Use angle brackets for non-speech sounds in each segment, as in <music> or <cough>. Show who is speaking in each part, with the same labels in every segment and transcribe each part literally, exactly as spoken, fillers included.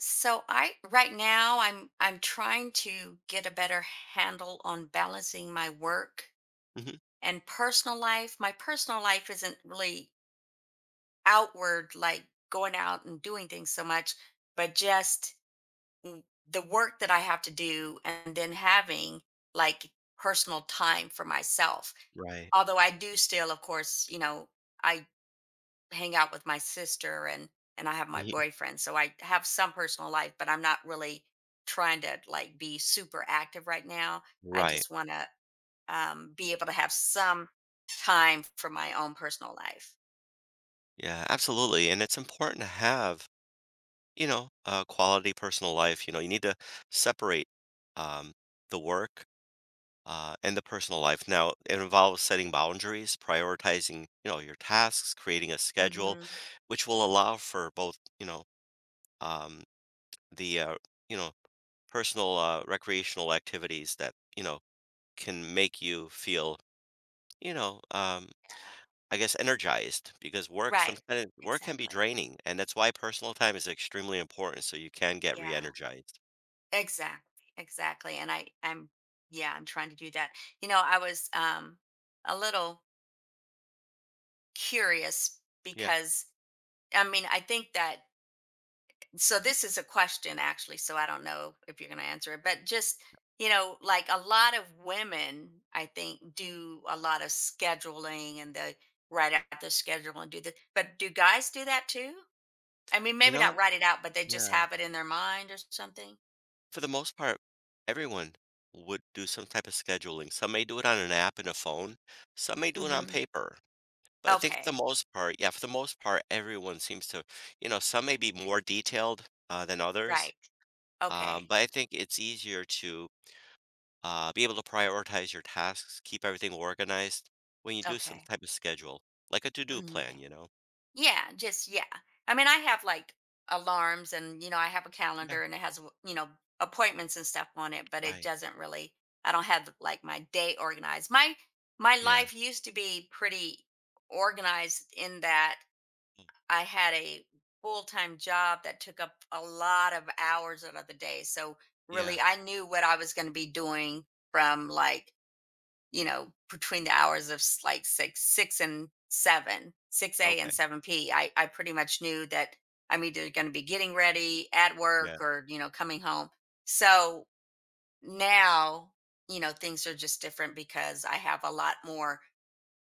Speaker 1: So I right now I'm I'm trying to get a better handle on balancing my work
Speaker 2: Mhm.
Speaker 1: and personal life. My personal life isn't really outward, like going out and doing things so much, but just mm, the work that I have to do, and then having like personal time for myself.
Speaker 2: Right.
Speaker 1: Although I do still, of course, you know, I hang out with my sister, and and I have my
Speaker 2: Ye
Speaker 1: boyfriend. So I have some personal life, but I'm not really trying to like be super active right now. I
Speaker 2: Right.
Speaker 1: just want to um, be able to have some time for my own personal life.
Speaker 2: Yeah, absolutely, and it's important to have, you know, a quality personal life. You know, you need to separate, um, the work, uh, and the personal life. Now, it involves setting boundaries, prioritizing, you know, your tasks, creating a schedule,
Speaker 1: Hmm.
Speaker 2: which will allow for both, you know, um, the, uh, you know, personal, uh, recreational activities that, you know, can make you feel, you know, um
Speaker 1: Yeah.
Speaker 2: I guess, energized because work
Speaker 1: Right.
Speaker 2: sometimes work can be
Speaker 1: Exactly.
Speaker 2: draining, and that's why personal time is extremely important so you can get
Speaker 1: Yeah.
Speaker 2: re-energized.
Speaker 1: Exactly. Exactly. And I I'm yeah, I'm trying to do that. You know, I was um a little curious,
Speaker 2: Yeah.
Speaker 1: because I mean, I think that, so this is a question actually, so I don't know if you're going to answer it, but just you know like a lot of women, I think, do a lot of scheduling and they write out the schedule and do the but do guys do that too? I mean,
Speaker 2: You
Speaker 1: maybe
Speaker 2: know
Speaker 1: not write it out, but they just
Speaker 2: yeah,
Speaker 1: have it in their mind or something.
Speaker 2: for the most part, everyone would do some type of scheduling. Some may do it on an app and a phone, some may do it on
Speaker 1: Hmm.
Speaker 2: paper, but I think for the
Speaker 1: Okay.
Speaker 2: most part yeah, for the most part, everyone seems to you know, some may be more detailed, uh, than others,
Speaker 1: Right.
Speaker 2: um,
Speaker 1: Okay.
Speaker 2: but I think it's easier to uh, be able to prioritize your tasks, keep everything organized when you do some
Speaker 1: Okay.
Speaker 2: type of schedule, like a to do plan,
Speaker 1: Mhm.
Speaker 2: you know?
Speaker 1: Yeah, just yeah. I mean, I have like alarms, and you know, I have a
Speaker 2: Yeah,
Speaker 1: calendar, and it has, you know, appointments and stuff on it, but it
Speaker 2: right.
Speaker 1: doesn't really I don't have like my day organized. My my
Speaker 2: Yeah.
Speaker 1: life used to be pretty organized in that
Speaker 2: mm,
Speaker 1: I had a full-time job that took up a lot of hours out of the day. So
Speaker 2: Yeah.
Speaker 1: really I knew what I was going to be doing from, like, you know, between the hours of s- like six, six and seven, six a and
Speaker 2: Okay.
Speaker 1: seven p, I I pretty much knew that I'm either going to be getting ready at
Speaker 2: Yeah.
Speaker 1: work or you know coming home. So now, you know things are just different because I have a lot more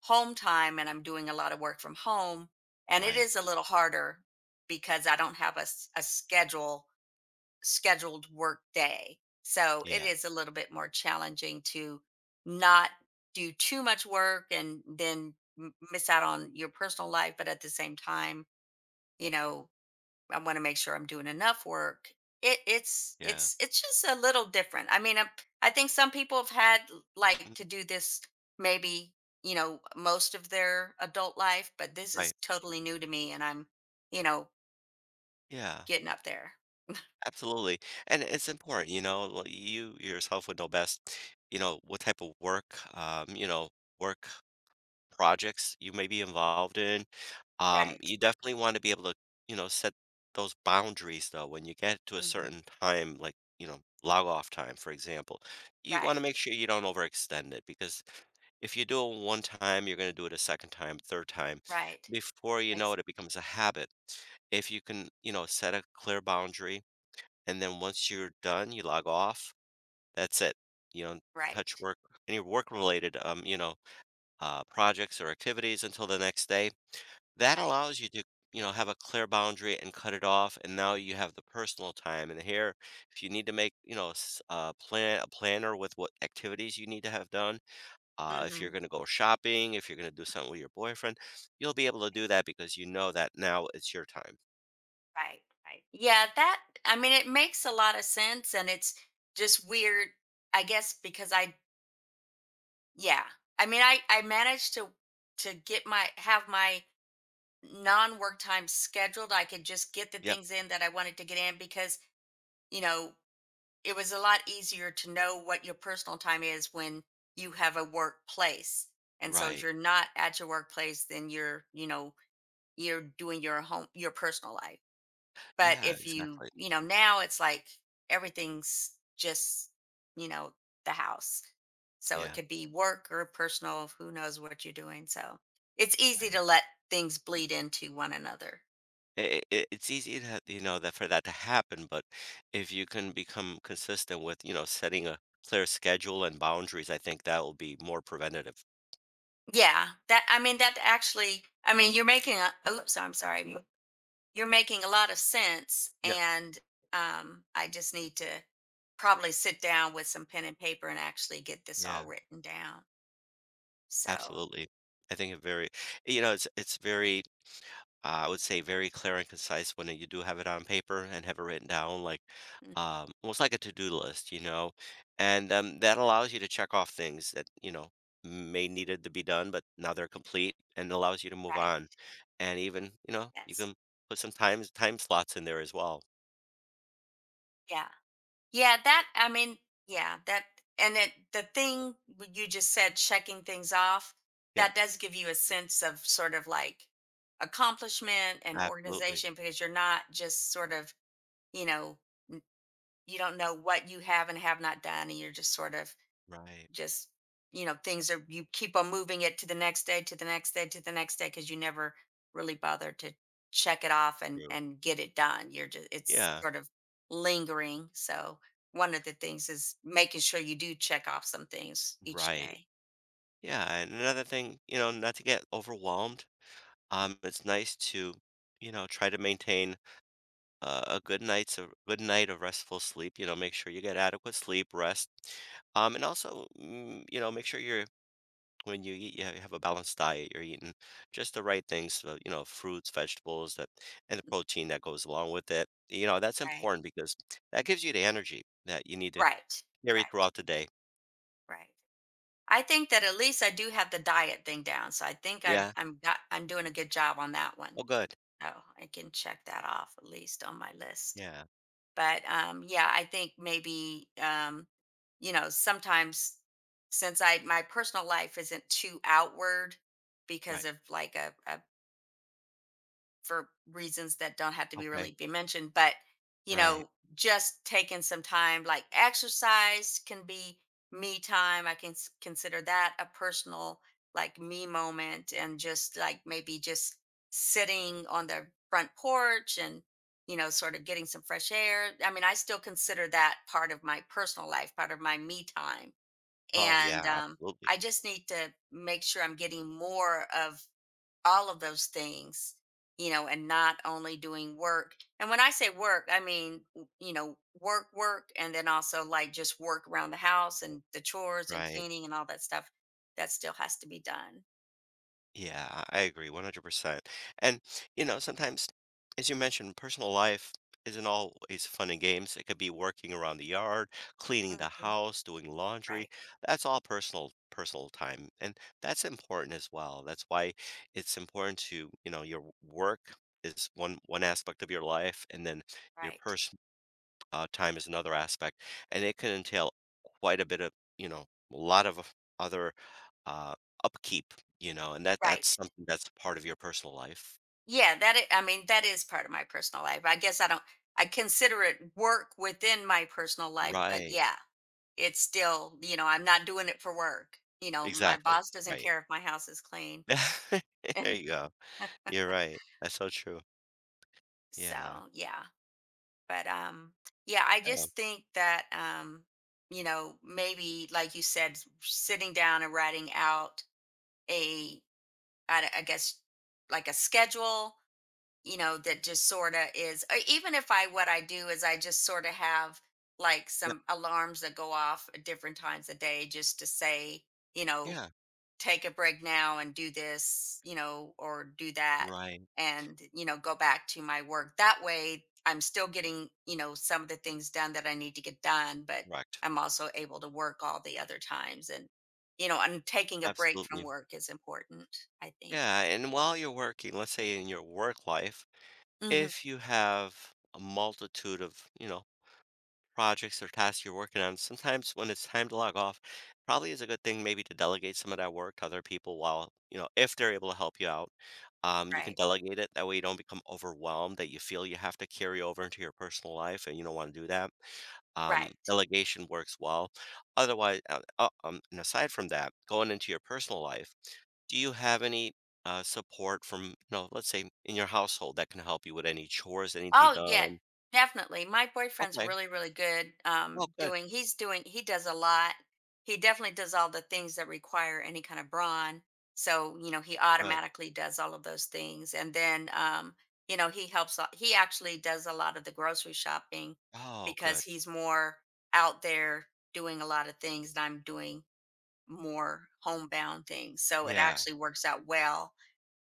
Speaker 1: home time and I'm doing a lot of work from home, and it
Speaker 2: Right.
Speaker 1: is a little harder because I don't have a s- a schedule scheduled work day. So it
Speaker 2: Yeah.
Speaker 1: is a little bit more challenging to not do too much work and then m- miss out on your personal life. But at the same time, you know, I want to make sure I'm doing enough work. It, it's
Speaker 2: Yeah.
Speaker 1: it's it's just a little different. I mean, I, I think some people have had,
Speaker 2: mm,
Speaker 1: like, to do this maybe, you know most of their adult life, but this is
Speaker 2: Right.
Speaker 1: totally new to me, and I'm, you know
Speaker 2: Yeah.
Speaker 1: getting up there.
Speaker 2: Absolutely. And it's important, you know, like, you yourself would know best, you know, what type of work, um, you know, work projects you may be involved in. Um,
Speaker 1: Right.
Speaker 2: you definitely want to be able to, you know, set those boundaries though. When you get to a
Speaker 1: Hmm.
Speaker 2: certain time, like, you know, log off time, for example, you want to
Speaker 1: Right.
Speaker 2: make sure you don't overextend it because if you do it one time, you're going to do it a second time, third time.
Speaker 1: Right.
Speaker 2: Before you know
Speaker 1: Ex
Speaker 2: it, it becomes a habit. If you can, you know, set a clear boundary and then once you're done, you log off, that's it. You don't
Speaker 1: Right,
Speaker 2: touch work, any work related, um, you know, uh, projects or activities until the next day. That
Speaker 1: right.
Speaker 2: allows you to, you know, have a clear boundary and cut it off, and now you have the personal time. And here, if you need to make, you know, s- a plan, a planner with what activities you need to have done, uh, if you're
Speaker 1: Mhm,
Speaker 2: going to go shopping, if you're going to do something with your boyfriend, you'll be able to do that because you know that now it's your time.
Speaker 1: right, right. Yeah, that, I mean, it makes a lot of sense, and it's just weird, I guess, because I, yeah. I mean, I I managed to to get my have my non-work time scheduled. I could just get the
Speaker 2: Yep.
Speaker 1: things in that I wanted to get in, because, you know, it was a lot easier to know what your personal time is when you have a workplace. And so if
Speaker 2: Right.
Speaker 1: you're not at your workplace, then you're, you know, you're doing your home your personal life. But
Speaker 2: Yeah,
Speaker 1: if you,
Speaker 2: exactly.
Speaker 1: you know, now it's like everything's just, you know, the house. So it
Speaker 2: Yeah.
Speaker 1: could be work or personal, who knows what you're doing. So it's easy
Speaker 2: Right.
Speaker 1: to let things bleed into one another.
Speaker 2: It, it, it's easy to, you know, that for that to happen, but if you can become consistent with, you know, setting a clear schedule and boundaries, I think that will be more preventative.
Speaker 1: Yeah, that, I mean, that actually, I mean, you're making a oops, I'm sorry. You're making a lot of sense,
Speaker 2: Yep.
Speaker 1: and um I just need to probably sit down with some pen and paper and actually get this
Speaker 2: Yeah,
Speaker 1: all written down. So,
Speaker 2: absolutely. I think it very you know, it's it's very, uh, I would say very clear and concise when you do have it on paper and have it written down, like,
Speaker 1: mm,
Speaker 2: um, almost like a to-do list, you know? And, um, that allows you to check off things that, you know, may needed to be done, but now they're complete and allows you to move
Speaker 1: right.
Speaker 2: on. And even, you know, you
Speaker 1: Yes.
Speaker 2: can put some times time slots in there as well.
Speaker 1: Yeah. Yeah, that, I mean, yeah, that, and it, the thing what you just said, checking things off,
Speaker 2: Yep,
Speaker 1: that does give you a sense of, sort of like, accomplishment and
Speaker 2: absolutely.
Speaker 1: organization, because you're not just sort of, you know, you don't know what you have and have not done, and you're just sort of,
Speaker 2: Right.
Speaker 1: just, you know things are, you keep on moving it to the next day, to the next day, to the next day, because you never really bother to check it off and
Speaker 2: True.
Speaker 1: and get it done, you're just, it's
Speaker 2: Yeah.
Speaker 1: sort of lingering. So one of the things is making sure you do check off some things each
Speaker 2: Right.
Speaker 1: day.
Speaker 2: Yeah, and another thing, you know, not to get overwhelmed. Um, it's nice to, you know, try to maintain uh, a good night's a good night of restful sleep. You know, make sure you get adequate sleep, rest, um, and also, mm, you know, make sure you're when you eat, you ha- have a balanced diet. You're eating just the right things, so, you know, fruits, vegetables, that and the protein that goes along with it. You know, that's
Speaker 1: Right.
Speaker 2: important because that gives you the energy that you need to
Speaker 1: Right.
Speaker 2: carry
Speaker 1: Right.
Speaker 2: throughout the day.
Speaker 1: Right. I think that at least I do have the diet thing down, so I think I've
Speaker 2: Yeah.
Speaker 1: I'm got I'm doing a good job on that one.
Speaker 2: Oh, good.
Speaker 1: Oh, I can check that off, at least, on my list.
Speaker 2: Yeah.
Speaker 1: But um yeah, I think maybe, um you know sometimes, since I my personal life isn't too outward, because
Speaker 2: Right.
Speaker 1: of like a, a, for reasons that don't have to be
Speaker 2: Okay.
Speaker 1: really be mentioned, but, you
Speaker 2: Right.
Speaker 1: know just taking some time, like exercise, can be me time. I can s- consider that a personal, like, me moment, and just like maybe just sitting on the front porch and, you know sort of getting some fresh air. I mean, I still consider that part of my personal life, part of my me time,
Speaker 2: Oh,
Speaker 1: and,
Speaker 2: yeah.
Speaker 1: um,
Speaker 2: Absolutely.
Speaker 1: I just need to make sure I'm getting more of all of those things, you know, and not only doing work. And when I say work, I mean, w- you know, work, work, and then also like just work around the house and the chores and
Speaker 2: Right.
Speaker 1: cleaning and all that stuff that still has to be done.
Speaker 2: Yeah, I I agree one hundred percent. And, you know, sometimes, as you mentioned, personal life isn't always fun and games. It could be working around the yard, cleaning the
Speaker 1: Mhm.
Speaker 2: house, doing laundry.
Speaker 1: Right,
Speaker 2: That's all personal personal time. And that's important as well. That's why it's important to, you know, your work is one one aspect of your life and then your
Speaker 1: right,
Speaker 2: personal uh, time is another aspect, and it can entail quite a bit of, you know, a lot of of other uh, upkeep, you know, and that that's
Speaker 1: right.
Speaker 2: something that's part of your personal life.
Speaker 1: Yeah, that is, I mean, that is part of my personal life. I guess I don't, I consider it work within my personal life, but
Speaker 2: Right.
Speaker 1: yeah, it's still, you know, I'm not doing it for work. You know, my
Speaker 2: Exactly.
Speaker 1: boss doesn't
Speaker 2: Right.
Speaker 1: care if my house is clean.
Speaker 2: <laughs> There you
Speaker 1: <laughs>
Speaker 2: go. You're right. That's so true.
Speaker 1: So,
Speaker 2: Yeah.
Speaker 1: yeah. But um yeah, I
Speaker 2: Yeah.
Speaker 1: just think that, um you know maybe like you said, sitting down and writing out a, i, d- I guess like a schedule, you know that just sort of is, or even if I what I do is I just sort of have like
Speaker 2: Yeah.
Speaker 1: some alarms that go off at different times a day just to say, you know
Speaker 2: Yeah.
Speaker 1: take a break now and do this, you know, or do that,
Speaker 2: Right.
Speaker 1: and, you know, go back to my work. That way I'm still getting, you know, some of the things done that I need to get done, but
Speaker 2: Correct.
Speaker 1: I'm also able to work all the other times. And, you know, and taking a break from
Speaker 2: Absolutely.
Speaker 1: work is important, I think.
Speaker 2: Yeah. And while you're working, let's say in your work life,
Speaker 1: Hmm.
Speaker 2: if you have a multitude of, you know, projects or tasks you're working on, sometimes when it's time to log off, probably is a good thing maybe to delegate some of that work to other people while, you know, if they're able to help you out. Um, you can
Speaker 1: Right.
Speaker 2: delegate it. That way you don't become overwhelmed that you feel you have to carry over into your personal life and you don't want to do that. Um,
Speaker 1: Right.
Speaker 2: delegation works well. Otherwise, uh, uh, um, and aside from that, going into your personal life, do you have any uh, support from, you know, let's say in your household that can help you with any chores that need to be
Speaker 1: Oh yeah,
Speaker 2: done?
Speaker 1: definitely. My boyfriend's
Speaker 2: Okay.
Speaker 1: really, really good,
Speaker 2: Oh,
Speaker 1: um
Speaker 2: good.
Speaker 1: doing he's doing he does a lot. He definitely does all the things that require any kind of brawn. So, you know, he
Speaker 2: Good.
Speaker 1: automatically does all of those things. And then, um, you know, he helps a- he actually does a lot of the grocery shopping,
Speaker 2: Oh,
Speaker 1: because
Speaker 2: good.
Speaker 1: he's more out there doing a lot of things, and I'm doing more homebound things. So it
Speaker 2: Yeah,
Speaker 1: actually works out well.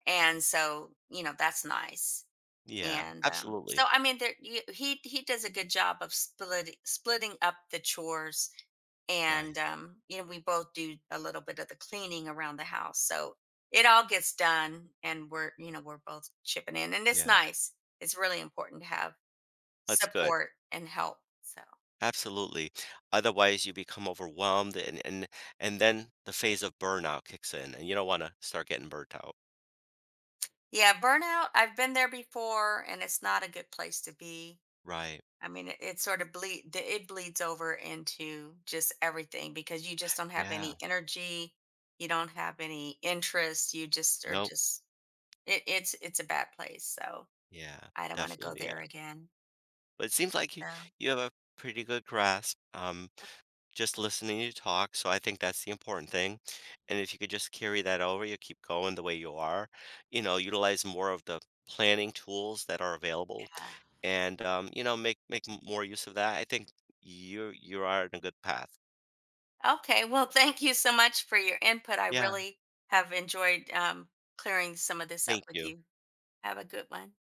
Speaker 1: And so, you know, that's nice,
Speaker 2: yeah,
Speaker 1: and, um, so
Speaker 2: absolutely,
Speaker 1: I mean, there, you, he he does a good job of splitting splitting up the chores,
Speaker 2: right,
Speaker 1: and, um, you know we both do a little bit of the cleaning around the house, so it all gets done, and we're you know we're both chipping in, and it's
Speaker 2: yeah,
Speaker 1: nice. It's really important to have
Speaker 2: that's good,
Speaker 1: support and help. So
Speaker 2: absolutely, otherwise you become overwhelmed and and and then the phase of burnout kicks in, and you don't wanna start getting burnt out,
Speaker 1: yeah, burnout. I've been there before, and it's not a good place to be.
Speaker 2: right,
Speaker 1: I mean, it, it sort of bleed the- it bleeds over into just everything, because you just don't have
Speaker 2: yeah,
Speaker 1: any energy, you don't have any interest, you just are,
Speaker 2: nope,
Speaker 1: just it, it's it's a bad place. So
Speaker 2: yeah,
Speaker 1: I don't want to go
Speaker 2: definitely, yeah,
Speaker 1: there again.
Speaker 2: but it seems like you
Speaker 1: So.
Speaker 2: you have a pretty good grasp, um just listening to you talk. So I think that's the important thing. And if you could just carry that over, you keep going the way you are, you know, utilize more of the planning tools that are available
Speaker 1: Yeah.
Speaker 2: and um, you know, make make m- more use of that. I think you you are in a good path.
Speaker 1: Okay. Well, thank you so much for your input. I
Speaker 2: Yeah,
Speaker 1: really have enjoyed, um, clearing some of this up
Speaker 2: thank
Speaker 1: with
Speaker 2: you.
Speaker 1: you. Have a good one.